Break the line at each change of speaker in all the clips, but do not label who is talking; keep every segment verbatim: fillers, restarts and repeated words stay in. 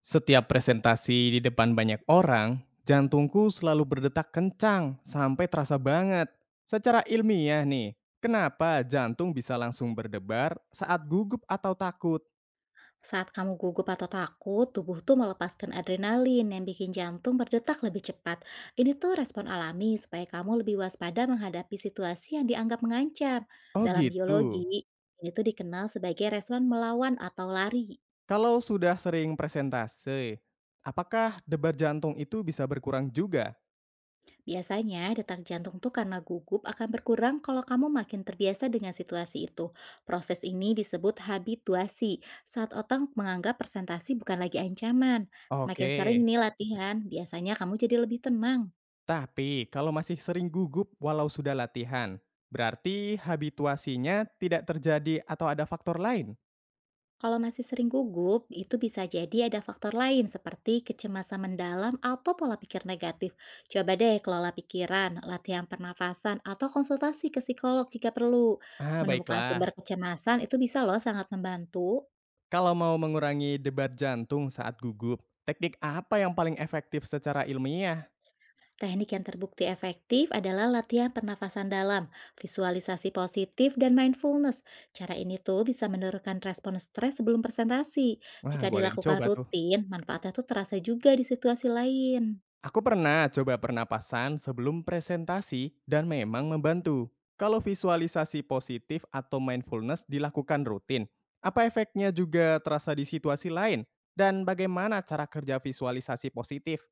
Setiap presentasi di depan banyak orang, jantungku selalu berdetak kencang sampai terasa banget. Secara ilmiah nih, kenapa jantung bisa langsung berdebar saat gugup atau takut?
Saat kamu gugup atau takut, tubuh tuh melepaskan adrenalin yang bikin jantung berdetak lebih cepat. Ini tuh respon alami supaya kamu lebih waspada menghadapi situasi yang dianggap mengancam.
Oh
Dalam biologi,
gitu.
ini tuh dikenal sebagai respon melawan atau lari.
Kalau sudah sering presentasi, apakah debar jantung itu bisa berkurang juga?
Biasanya, detak jantung tuh karena gugup akan berkurang kalau kamu makin terbiasa dengan situasi itu. Proses ini disebut habituasi, saat otak menganggap presentasi bukan lagi ancaman. Semakin sering
Oke.
nih latihan, biasanya kamu jadi lebih tenang.
Tapi kalau masih sering gugup walau sudah latihan, berarti habituasinya tidak terjadi atau ada faktor lain?
Kalau masih sering gugup, itu bisa jadi ada faktor lain seperti kecemasan mendalam atau pola pikir negatif. Coba deh kelola pikiran, latihan pernafasan, atau konsultasi ke psikolog jika perlu.
Ah,
Menemukan
baiklah.
sumber kecemasan itu bisa loh sangat membantu.
Kalau mau mengurangi debar jantung saat gugup, teknik apa yang paling efektif secara ilmiah?
Teknik yang terbukti efektif adalah latihan pernafasan dalam, visualisasi positif, dan mindfulness. Cara ini tuh bisa menurunkan respon stres sebelum presentasi.
Wah,
Jika
boleh
dilakukan
dicoba tuh.
rutin, manfaatnya tuh terasa juga di situasi lain.
Aku pernah coba pernapasan sebelum presentasi dan memang membantu. Kalau visualisasi positif atau mindfulness dilakukan rutin, apa efeknya juga terasa di situasi lain? Dan bagaimana cara kerja visualisasi positif?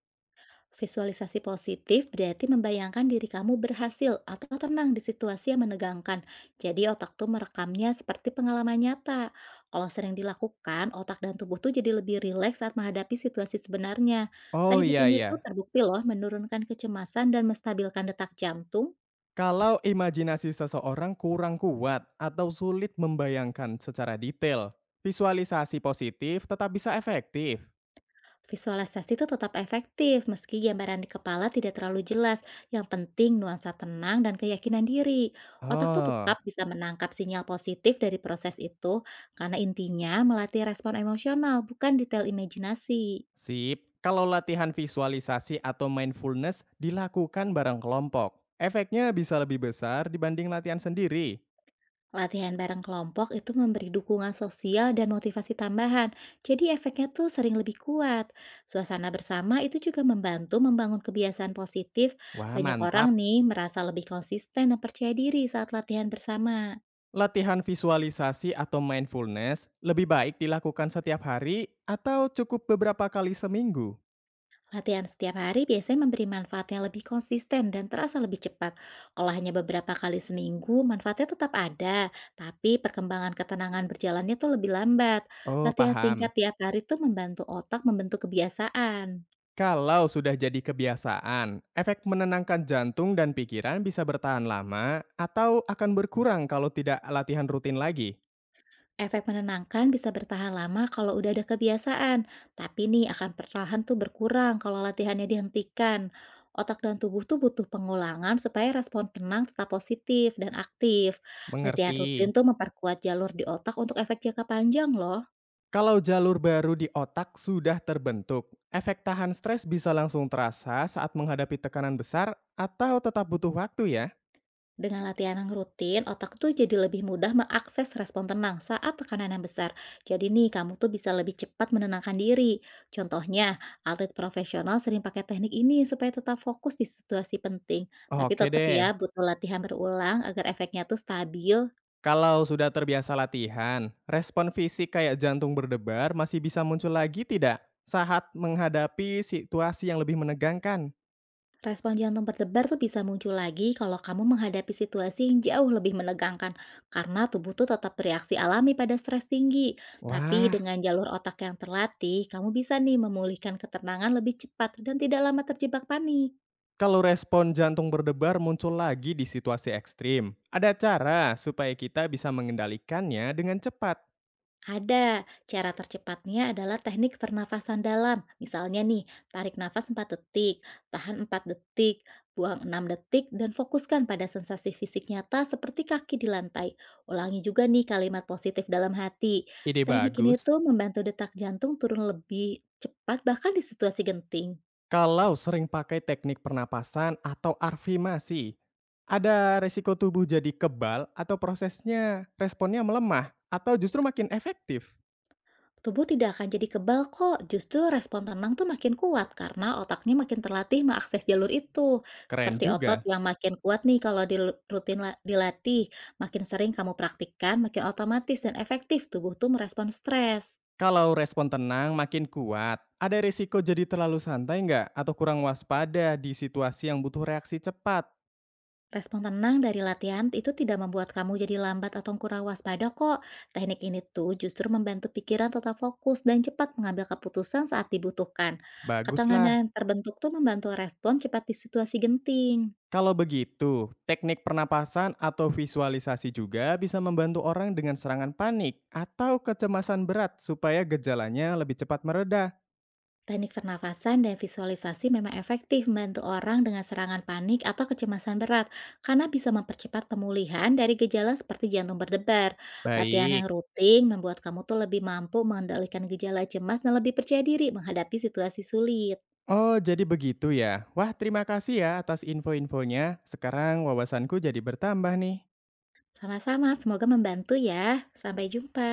Visualisasi positif berarti membayangkan diri kamu berhasil atau tenang di situasi yang menegangkan. Jadi otak tuh merekamnya seperti pengalaman nyata. Kalau sering dilakukan, otak dan tubuh tuh jadi lebih rileks saat menghadapi situasi sebenarnya.
Oh,
Teknik
iya,
ini
iya.
tuh terbukti loh menurunkan kecemasan dan menstabilkan detak jantung.
Kalau imajinasi seseorang kurang kuat atau sulit membayangkan secara detail, visualisasi positif tetap bisa efektif.
Visualisasi itu tetap efektif meski gambaran di kepala tidak terlalu jelas. Yang penting nuansa tenang dan keyakinan diri. Otak tuh
Oh,
tetap bisa menangkap sinyal positif dari proses itu karena intinya melatih respon emosional bukan detail imajinasi.
sip. Kalau latihan visualisasi atau mindfulness dilakukan bareng kelompok, efeknya bisa lebih besar dibanding latihan sendiri.
Latihan bareng kelompok itu memberi dukungan sosial dan motivasi tambahan. Jadi efeknya tuh sering lebih kuat. Suasana bersama itu juga membantu membangun kebiasaan positif.
Wah,
Banyak orang
mantap.
nih merasa lebih konsisten dan percaya diri saat latihan bersama.
Latihan visualisasi atau mindfulness lebih baik dilakukan setiap hari atau cukup beberapa kali seminggu?
Latihan setiap hari biasanya memberi manfaat yang lebih konsisten dan terasa lebih cepat. Kalau hanya beberapa kali seminggu, manfaatnya tetap ada, tapi perkembangan ketenangan berjalannya tuh lebih lambat.
Oh,
Latihan singkat
paham.
tiap hari tuh membantu otak membentuk kebiasaan.
Kalau sudah jadi kebiasaan, efek menenangkan jantung dan pikiran bisa bertahan lama atau akan berkurang kalau tidak latihan rutin lagi.
Efek menenangkan bisa bertahan lama kalau udah ada kebiasaan, tapi nih akan perlahan tuh berkurang kalau latihannya dihentikan. Otak dan tubuh tuh butuh pengulangan supaya respon tenang tetap positif dan aktif. Latihan
Mengerti.
rutin tuh memperkuat jalur di otak untuk efek jangka panjang loh.
Kalau jalur baru di otak sudah terbentuk, efek tahan stres bisa langsung terasa saat menghadapi tekanan besar atau tetap butuh waktu ya.
Dengan latihan yang rutin, otak tuh jadi lebih mudah mengakses respon tenang saat tekanan yang besar. Jadi nih, kamu tuh bisa lebih cepat menenangkan diri. Contohnya, atlet profesional sering pakai teknik ini supaya tetap fokus di situasi penting. Tapi
Oke
tetap
deh.
ya, butuh latihan berulang agar efeknya tuh stabil.
Kalau sudah terbiasa latihan, respon fisik kayak jantung berdebar masih bisa muncul lagi tidak saat menghadapi situasi yang lebih menegangkan?
Respon jantung berdebar tuh bisa muncul lagi kalau kamu menghadapi situasi yang jauh lebih menegangkan karena tubuh tuh tetap bereaksi alami pada stres tinggi. Tapi
Wah.
dengan jalur otak yang terlatih, kamu bisa nih memulihkan ketenangan lebih cepat dan tidak lama terjebak panik.
Kalau respon jantung berdebar muncul lagi di situasi ekstrim, ada cara supaya kita bisa mengendalikannya dengan cepat.
Ada, cara tercepatnya adalah teknik pernafasan dalam. Misalnya nih, tarik nafas empat detik, tahan empat detik, buang enam detik, dan fokuskan pada sensasi fisik nyata seperti kaki di lantai. Ulangi juga nih kalimat positif dalam hati.
Ide
Teknik ini
bagus.
tuh membantu detak jantung turun lebih cepat bahkan di situasi genting.
Kalau sering pakai teknik pernapasan atau arfimasi, ada resiko tubuh jadi kebal atau prosesnya responnya melemah atau justru makin efektif.
Tubuh tidak akan jadi kebal kok, justru respon tenang tuh makin kuat karena otaknya makin terlatih mengakses jalur itu.
Keren
Seperti otot
juga.
yang makin kuat nih kalau dil- rutin la- dilatih, makin sering kamu praktikkan, makin otomatis dan efektif tubuh tuh merespon stres.
Kalau respon tenang makin kuat, ada resiko jadi terlalu santai nggak atau kurang waspada di situasi yang butuh reaksi cepat?
Respon tenang dari latihan itu tidak membuat kamu jadi lambat atau kurang waspada kok. Teknik ini tuh justru membantu pikiran tetap fokus dan cepat mengambil keputusan saat dibutuhkan. Ketenangan
Baguslah.
yang terbentuk tuh membantu respon cepat di situasi genting.
Kalau begitu, teknik pernapasan atau visualisasi juga bisa membantu orang dengan serangan panik atau kecemasan berat supaya gejalanya lebih cepat mereda.
Teknik pernafasan dan visualisasi memang efektif membantu orang dengan serangan panik atau kecemasan berat karena bisa mempercepat pemulihan dari gejala seperti jantung berdebar. Latihan yang
Baik.
rutin membuat kamu tuh lebih mampu mengendalikan gejala cemas dan lebih percaya diri menghadapi situasi sulit.
Oh, jadi begitu ya. Wah, terima kasih ya atas info-infonya. Sekarang wawasanku jadi bertambah nih.
Sama-sama, semoga membantu ya. Sampai jumpa.